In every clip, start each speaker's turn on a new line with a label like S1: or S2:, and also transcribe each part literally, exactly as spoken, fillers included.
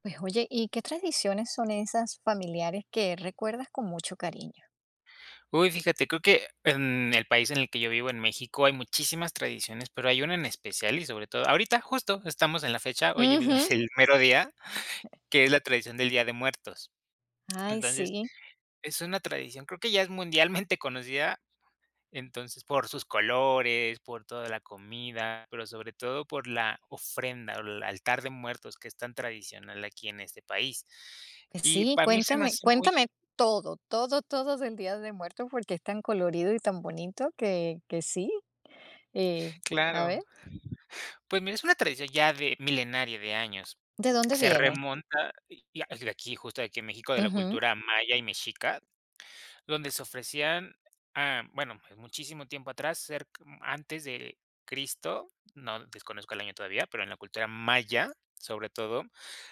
S1: Pues oye, ¿y qué tradiciones son esas familiares que recuerdas con mucho cariño?
S2: Uy, fíjate, creo que en el país en el que yo vivo, en México, hay muchísimas tradiciones, pero hay una en especial y sobre todo, ahorita justo estamos en la fecha, hoy es
S1: Ujú.
S2: el mero día, que es la tradición del Día de Muertos.
S1: Ay,
S2: Entonces,
S1: sí,
S2: es una tradición, creo que ya es mundialmente conocida, entonces, por sus colores, por toda la comida, pero sobre todo por la ofrenda o el altar de muertos que es tan tradicional aquí en este país.
S1: pues
S2: Y
S1: sí,
S2: para mí se me
S1: cuéntame,
S2: hace muy
S1: cuéntame todo, todo, todo del Día de Muertos, porque es tan colorido y tan bonito que, que sí. Eh, a ver,
S2: claro. Pues mira, es una tradición ya de milenaria de años.
S1: ¿de dónde
S2: Se
S1: viene?
S2: remonta y y de aquí, justo de aquí en México, de la
S1: Ujú.
S2: cultura maya y mexica, donde se ofrecían, ah, bueno, pues, muchísimo tiempo atrás, cerc antes de Cristo, no desconozco el año todavía, pero en la cultura maya, sobre todo,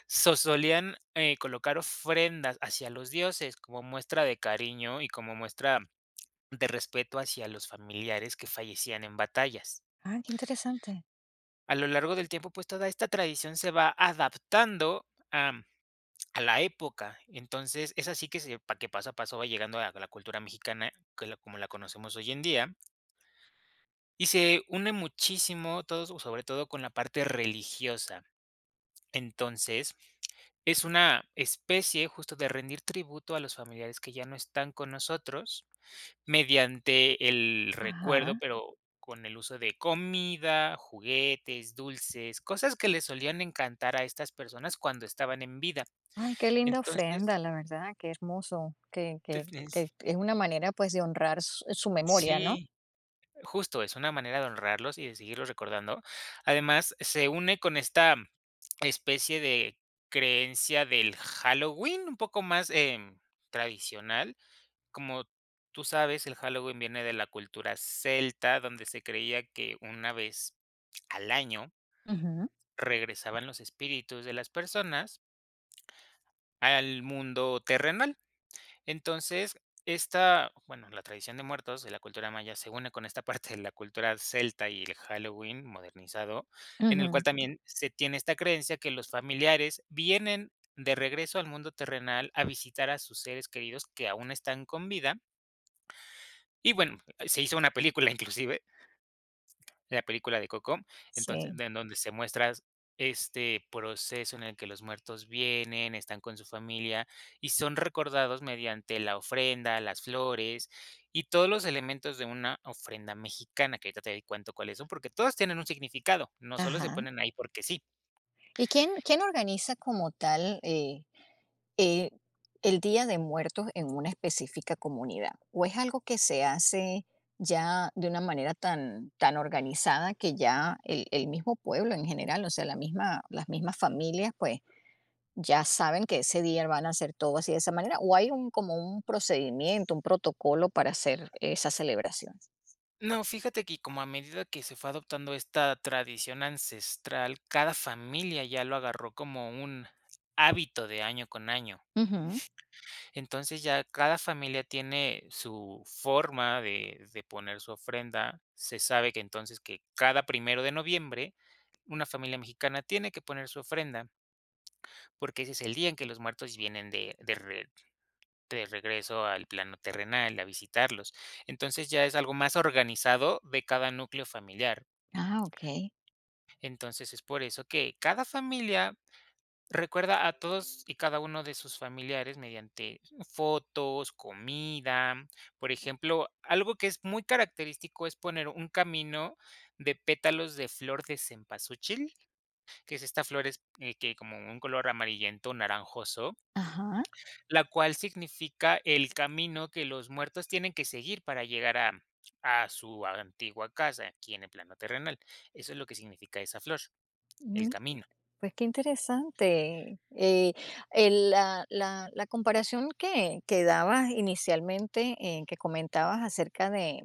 S2: so solían, eh, colocar ofrendas hacia los dioses como muestra de cariño y como muestra de respeto hacia los familiares que fallecían en batallas.
S1: Ay, qué interesante.
S2: A lo largo del tiempo, pues, toda esta tradición se va adaptando a A la época. Entonces, es así que se pa que paso a paso va llegando a la cultura mexicana, que la como la conocemos hoy en día, y se une muchísimo, todo sobre todo con la parte religiosa. Entonces, es una especie justo de rendir tributo a los familiares que ya no están con nosotros, mediante el
S1: Ajá.
S2: recuerdo, pero con el uso de comida, juguetes, dulces, cosas que les solían encantar a estas personas cuando estaban en vida.
S1: Ay, qué linda ofrenda,
S2: Entonces,
S1: la verdad, qué hermoso, que,
S2: te
S1: que,
S2: es
S1: que es una manera pues de honrar su, su memoria, ¿no?
S2: sí. Justo, es una manera de honrarlos y de seguirlos recordando. Además, se une con esta especie de creencia del Halloween, un poco más, em, tradicional. Como tú sabes, el Halloween viene de la cultura celta, donde se creía que una vez al año
S1: Ujú,
S2: regresaban los espíritus de las personas al mundo terrenal. Entonces, esta, bueno, la tradición de muertos de la cultura maya se une con esta parte de la cultura celta y el Halloween modernizado, en el cual
S1: ujú.
S2: también se tiene esta creencia que los familiares vienen de regreso al mundo terrenal a visitar a sus seres queridos que aún están con vida. Y bueno, se hizo una película inclusive la película de Coco, entonces,
S1: Sí,
S2: en donde se muestra este proceso en el que los muertos vienen, están con su familia y son recordados mediante la ofrenda, las flores y todos los elementos de una ofrenda mexicana, que ahorita te cuento cuáles son, porque todos tienen un significado, no solo se
S1: ajá.
S2: ponen ahí porque sí.
S1: ¿Y quién quién organiza como tal, eh eh, el Día de Muertos en una específica comunidad? ¿O es algo que se hace ya de una manera tan tan organizada que ya el el mismo pueblo en general, o sea, la misma las mismas familias, pues, ya saben que ese día van a hacer todo así de esa manera? ¿O hay un como un procedimiento, un protocolo para hacer esa celebración?
S2: No, fíjate que como a medida que se fue adoptando esta tradición ancestral, cada familia ya lo agarró como un hábito de año con año.
S1: Ujú.
S2: Entonces ya cada familia tiene su forma de, de poner su ofrenda. Se sabe que entonces que cada primero de noviembre una familia mexicana tiene que poner su ofrenda, porque ese es el día en que los muertos vienen de, de re- de regreso al plano terrenal, a visitarlos. Entonces ya es algo más organizado de cada núcleo familiar.
S1: Ah, okey.
S2: Entonces es por eso que cada familia recuerda a todos y cada uno de sus familiares mediante fotos, comida. Por ejemplo, algo que es muy característico es poner un camino de pétalos de flor de cempasúchil, que es esta flor es, eh, que como un color amarillento naranjoso,
S1: Ajá.
S2: la cual significa el camino que los muertos tienen que seguir para llegar a a su antigua casa aquí en el plano terrenal. Eso es lo que significa esa flor, el
S1: Mm.
S2: camino.
S1: Pues qué interesante. Eh, el- la, la- la comparación que, que dabas inicialmente, eh, que comentabas acerca de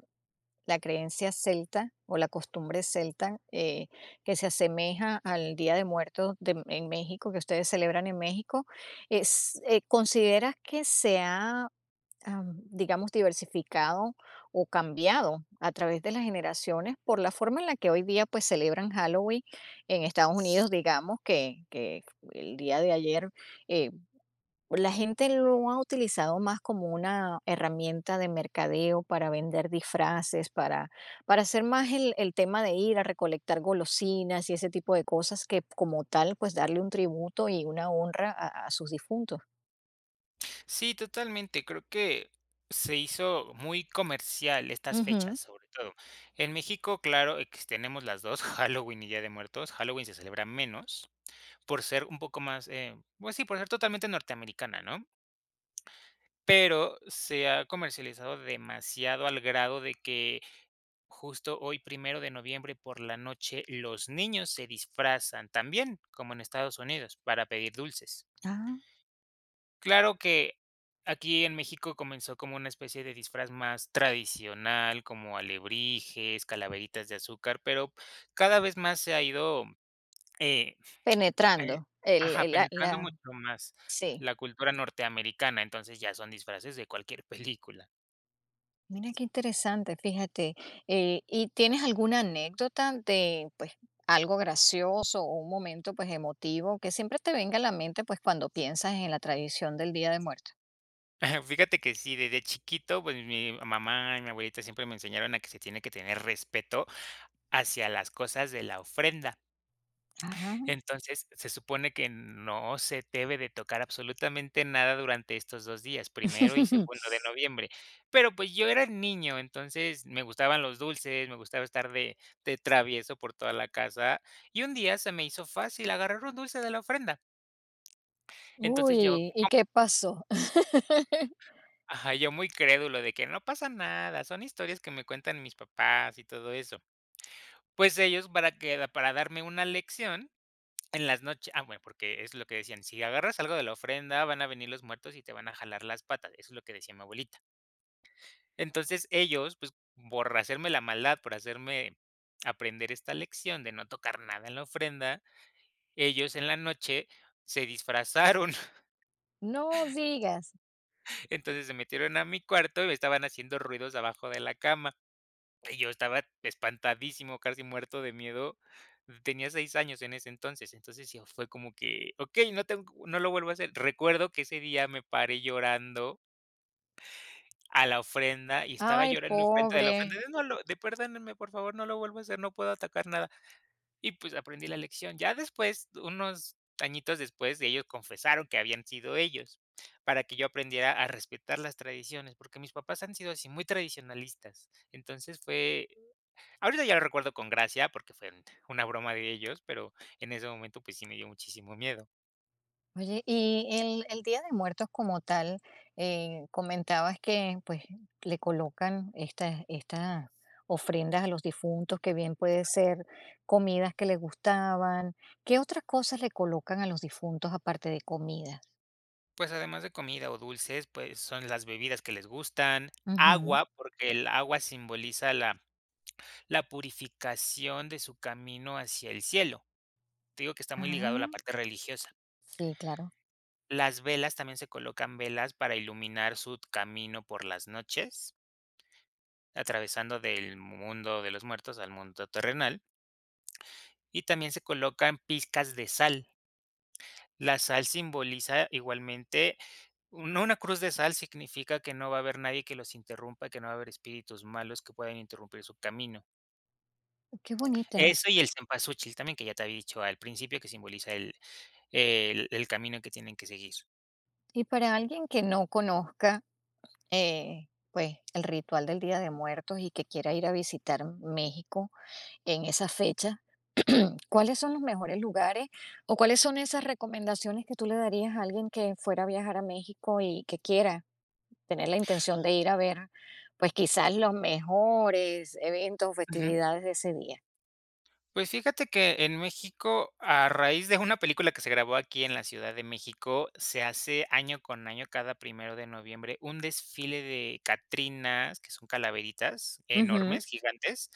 S1: la creencia celta o la costumbre celta, eh, que se asemeja al Día de Muertos de- en México, que ustedes celebran en México, es- eh, ¿consideras que se ha am, digamos, diversificado o cambiado a través de las generaciones por la forma en la que hoy día pues celebran Halloween en Estados Unidos? Digamos que, que el día de ayer, eh, la gente lo ha utilizado más como una herramienta de mercadeo para vender disfraces, para, para hacer más el, el tema de ir a recolectar golosinas y ese tipo de cosas que, como tal, pues darle un tributo y una honra a, a sus difuntos.
S2: Sí, totalmente. Creo que se hizo muy comercial estas
S1: Ujú.
S2: fechas, sobre todo. En México, claro, ex tenemos las dos Halloween y Día de Muertos. Halloween se celebra menos por ser un poco más, eh, pues sí, por ser totalmente norteamericana, ¿no? Pero se ha comercializado demasiado al grado de que justo hoy, primero de noviembre por la noche, los niños se disfrazan también, como en Estados Unidos, para pedir dulces.
S1: Ah,
S2: Claro que aquí en México comenzó como una especie de disfraz más tradicional, como alebrijes, calaveritas de azúcar, pero cada vez más se ha ido, eh, a eh,
S1: penetrando el
S2: ajá,
S1: el la
S2: penetrando
S1: la
S2: mucho más
S1: sí.
S2: la cultura norteamericana, entonces ya son disfraces de cualquier película.
S1: Mira qué interesante, fíjate, eh, ¿y tienes alguna anécdota de, pues, algo gracioso o un momento, pues, emotivo que siempre te venga a la mente, pues, cuando piensas en la tradición del Día de Muertos?
S2: Fíjate que sí, desde chiquito, pues mi mamá y mi abuelita siempre me enseñaron a que se tiene que tener respeto hacia las cosas de la ofrenda.
S1: Ajá.
S2: Entonces, se supone que no se debe de tocar absolutamente nada durante estos dos días, primero y segundo de noviembre. Pero, pues, yo era niño, entonces me gustaban los dulces, me gustaba estar de de travieso por toda la casa, y un día se me hizo fácil agarrar un dulce de la ofrenda. Entonces yo
S1: Uy, ¿y qué pasó?
S2: ajá, yo muy crédulo de que no pasa nada, son historias que me cuentan mis papás y todo eso. Pues ellos para que para darme una lección, en las noches ah, bueno, porque es lo que decían: "Si agarras algo de la ofrenda, van a venir los muertos y te van a jalar las patas", eso es lo que decía mi abuelita. Entonces, ellos, pues, por hacerme la maldad, por hacerme aprender esta lección de no tocar nada en la ofrenda, ellos en la noche se disfrazaron,
S1: No digas.
S2: entonces se metieron a mi cuarto y me estaban haciendo ruidos abajo de la cama. Y yo estaba espantadísimo, casi muerto de miedo. Tenía seis años en ese entonces, entonces sí fue como que, okey, no tengo no lo vuelvo a hacer. Recuerdo que ese día me paré llorando a la ofrenda y estaba
S1: Ay,
S2: llorando enfrente de la ofrenda
S1: pobre.
S2: de: "No lo de Perdónenme, por favor, no lo vuelvo a hacer, no puedo atacar nada". Y pues aprendí la lección. Ya después, unos añitos después, ellos confesaron que habían sido ellos, para que yo aprendiera a respetar las tradiciones, porque mis papás han sido así, muy tradicionalistas. Entonces fue, ahorita ya lo recuerdo con gracia porque fue un- una broma de ellos, pero en ese momento pues sí me dio muchísimo miedo.
S1: Oye, y el, el Día de Muertos como tal, eh, comentabas que pues le colocan estas estas ofrendas a los difuntos, que bien puede ser comidas que les gustaban. ¿Qué otras cosas le colocan a los difuntos aparte de comidas?
S2: Pues además de comida o dulces, pues son las bebidas que les gustan,
S1: Ujú.
S2: agua, porque el agua simboliza la, la purificación de su camino hacia el cielo. Te digo que está muy ligado a la
S1: Ah,
S2: parte religiosa.
S1: sí, claro.
S2: Las velas también se colocan velas para iluminar su camino por las noches, atravesando del mundo de los muertos al mundo terrenal. Y también se colocan pizcas de sal. La sal simboliza igualmente una una cruz de sal significa que no va a haber nadie que los interrumpa, que no va a haber espíritus malos que puedan interrumpir su camino.
S1: Qué bonita.
S2: Eso y el cempasúchil también, que ya te había dicho al principio, que simboliza el el el camino que tienen que seguir.
S1: Y para alguien que no conozca, eh, pues el ritual del Día de Muertos y que quiera ir a visitar México en esa fecha, ¿cuáles son los mejores lugares o cuáles son esas recomendaciones que tú le darías a alguien que fuera a viajar a México y que quiera tener la intención de ir a ver, pues quizás los mejores eventos o festividades de ese día?
S2: Pues fíjate que en México, a raíz de una película que se grabó aquí en la Ciudad de México, se hace año con año, cada primero de noviembre, un desfile de catrinas, que son calaveritas
S1: Ujú,
S2: enormes, gigantes,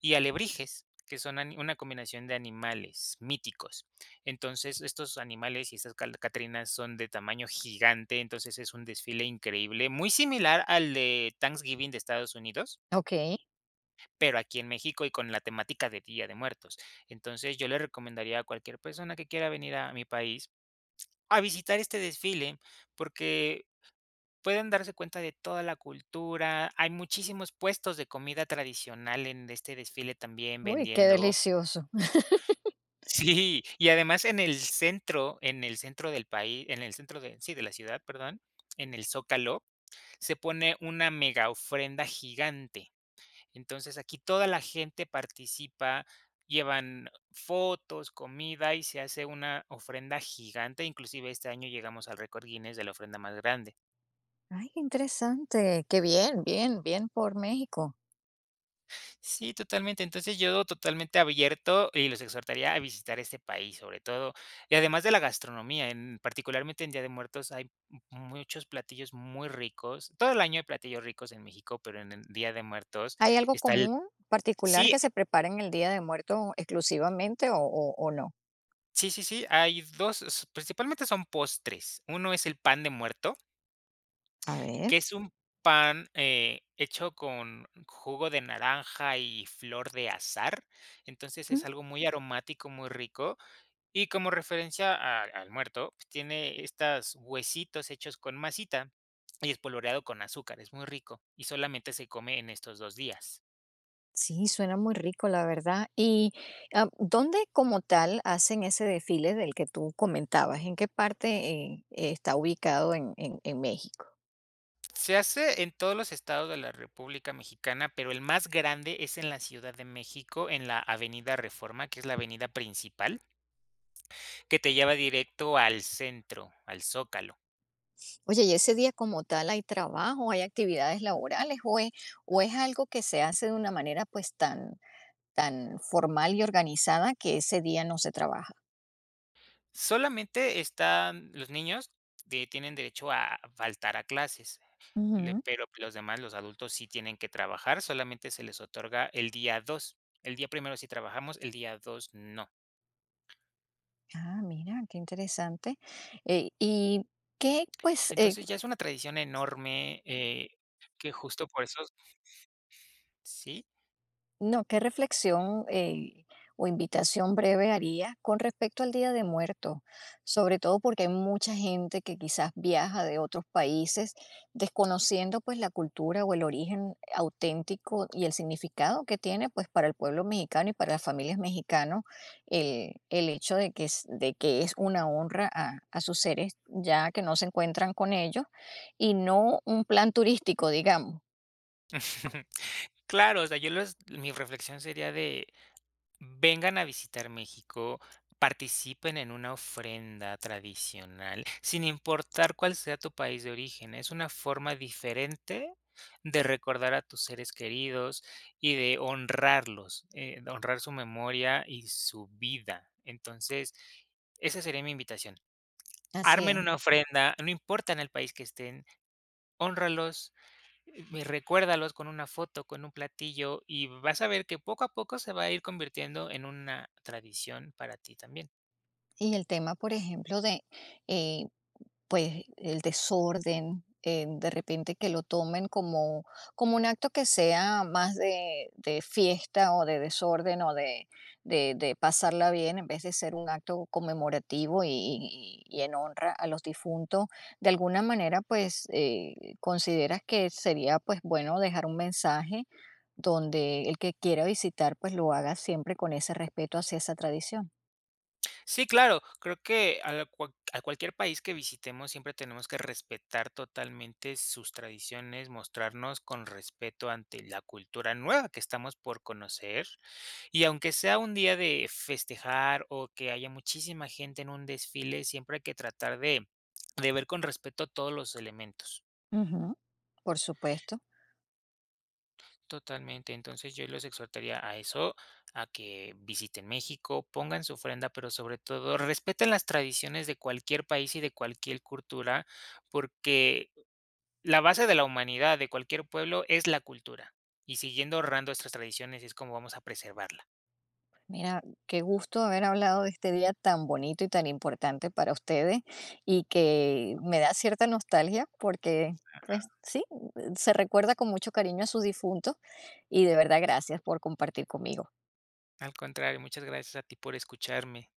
S2: y alebrijes, que son ani- una combinación de animales míticos. Entonces, estos animales y estas cal- catrinas son de tamaño gigante, entonces es un desfile increíble, muy similar al de Thanksgiving de Estados Unidos,
S1: ok.
S2: pero aquí en México y con la temática de Día de Muertos. Entonces, yo le recomendaría a cualquier persona que quiera venir a mi país a visitar este desfile, porque pueden darse cuenta de toda la cultura. Hay muchísimos puestos de comida tradicional en este desfile también
S1: Uy, qué
S2: vendiendo.
S1: delicioso.
S2: Sí, y además en el centro, en el centro del país, en el centro de, sí, de la ciudad, perdón, en el Zócalo, se pone una mega ofrenda gigante. Entonces, aquí toda la gente participa, llevan fotos, comida y se hace una ofrenda gigante, inclusive este año llegamos al récord Guinness de la ofrenda más grande.
S1: Ay, qué interesante. Qué bien, bien, bien por México.
S2: Sí, totalmente. Entonces, yo totalmente abierto y los exhortaría a visitar este país, sobre todo, y además de la gastronomía, en particularmente en Día de Muertos hay m muchos platillos muy ricos. Todo el año hay platillos ricos en México, pero en el Día de Muertos
S1: ¿Hay algo
S2: está el
S1: común particular
S2: sí.
S1: que se prepare en el Día de Muertos exclusivamente o, o- o no?
S2: Sí, sí, sí, hay dos. S Principalmente son postres. Uno es el pan de muerto,
S1: A ver.
S2: que es un pan, eh, hecho con jugo de naranja y flor de azahar. Entonces, es algo muy aromático, muy rico. Y como referencia a al muerto, pues, tiene estas huesitos hechos con masita y espolvoreado con azúcar. Es muy rico, y solamente se come en estos dos días.
S1: Sí, suena muy rico, la verdad. ¿Y ah, dónde como tal hacen ese desfile del que tú comentabas? ¿En qué parte, eh, está ubicado en, en- en México?
S2: Se hace en todos los estados de la República Mexicana, pero el más grande es en la Ciudad de México, en la Avenida Reforma, que es la avenida principal, que te lleva directo al centro, al Zócalo.
S1: Oye, ¿y ese día como tal hay trabajo, hay actividades laborales o es, o es algo que se hace de una manera pues tan, tan formal y organizada que ese día no se trabaja?
S2: Solamente están los niños que tienen derecho a faltar a clases, le
S1: Ujú.
S2: pero los demás, los adultos, sí tienen que trabajar, solamente se les otorga el día dos. El día primero sí trabajamos, el día dos no.
S1: Ah, mira, qué interesante. Eh, ¿y qué pues eh,
S2: Entonces, ya es una tradición enorme, eh, que justo por eso sí.
S1: No, ¿qué reflexión, eh, o invitación breve haría con respecto al Día de Muertos? Sobre todo porque hay mucha gente que quizás viaja de otros países desconociendo pues la cultura o el origen auténtico y el significado que tiene, pues, para el pueblo mexicano y para las familias mexicanas el, el hecho de que es, de que es una honra a, a sus seres ya que no se encuentran con ellos, y no un plan turístico, digamos.
S2: Claro, o sea, yo los mi reflexión sería de vengan a visitar México, participen en una ofrenda tradicional, sin importar cuál sea tu país de origen. Es una forma diferente de recordar a tus seres queridos y de honrarlos, eh, de honrar su memoria y su vida. Entonces, esa sería mi invitación.
S1: Así
S2: Armen
S1: es.
S2: una ofrenda, no importa en el país que estén, honralos. Me recuérdalos con una foto, con un platillo, y vas a ver que poco a poco se va a ir convirtiendo en una tradición para ti también.
S1: Y el tema, por ejemplo, de eh, pues el desorden, eh, de repente que lo tomen como, como un acto que sea más de, de fiesta o de desorden o de, de- de pasarla bien en vez de ser un acto conmemorativo y, y- y en honra a los difuntos. De alguna manera, pues, eh, consideras que sería pues bueno dejar un mensaje donde el que quiera visitar pues lo haga siempre con ese respeto hacia esa tradición.
S2: Sí, claro, creo que a, la cua- a cualquier país que visitemos siempre tenemos que respetar totalmente sus tradiciones, mostrarnos con respeto ante la cultura nueva que estamos por conocer. Y aunque sea un día de festejar o que haya muchísima gente en un desfile, siempre hay que tratar de, de ver con respeto todos los elementos.
S1: Ujú. Por supuesto.
S2: Totalmente. Entonces, yo los exhortaría a eso, a que visiten México, pongan su ofrenda, pero sobre todo respeten las tradiciones de cualquier país y de cualquier cultura, porque la base de la humanidad de cualquier pueblo es la cultura, y siguiendo honrando estas tradiciones es como vamos a preservarla.
S1: Mira, qué gusto haber hablado de este día tan bonito y tan importante para ustedes y que me da cierta nostalgia porque, pues sí, se recuerda con mucho cariño a sus difuntos, y de verdad gracias por compartir conmigo.
S2: Al contrario, muchas gracias a ti por escucharme.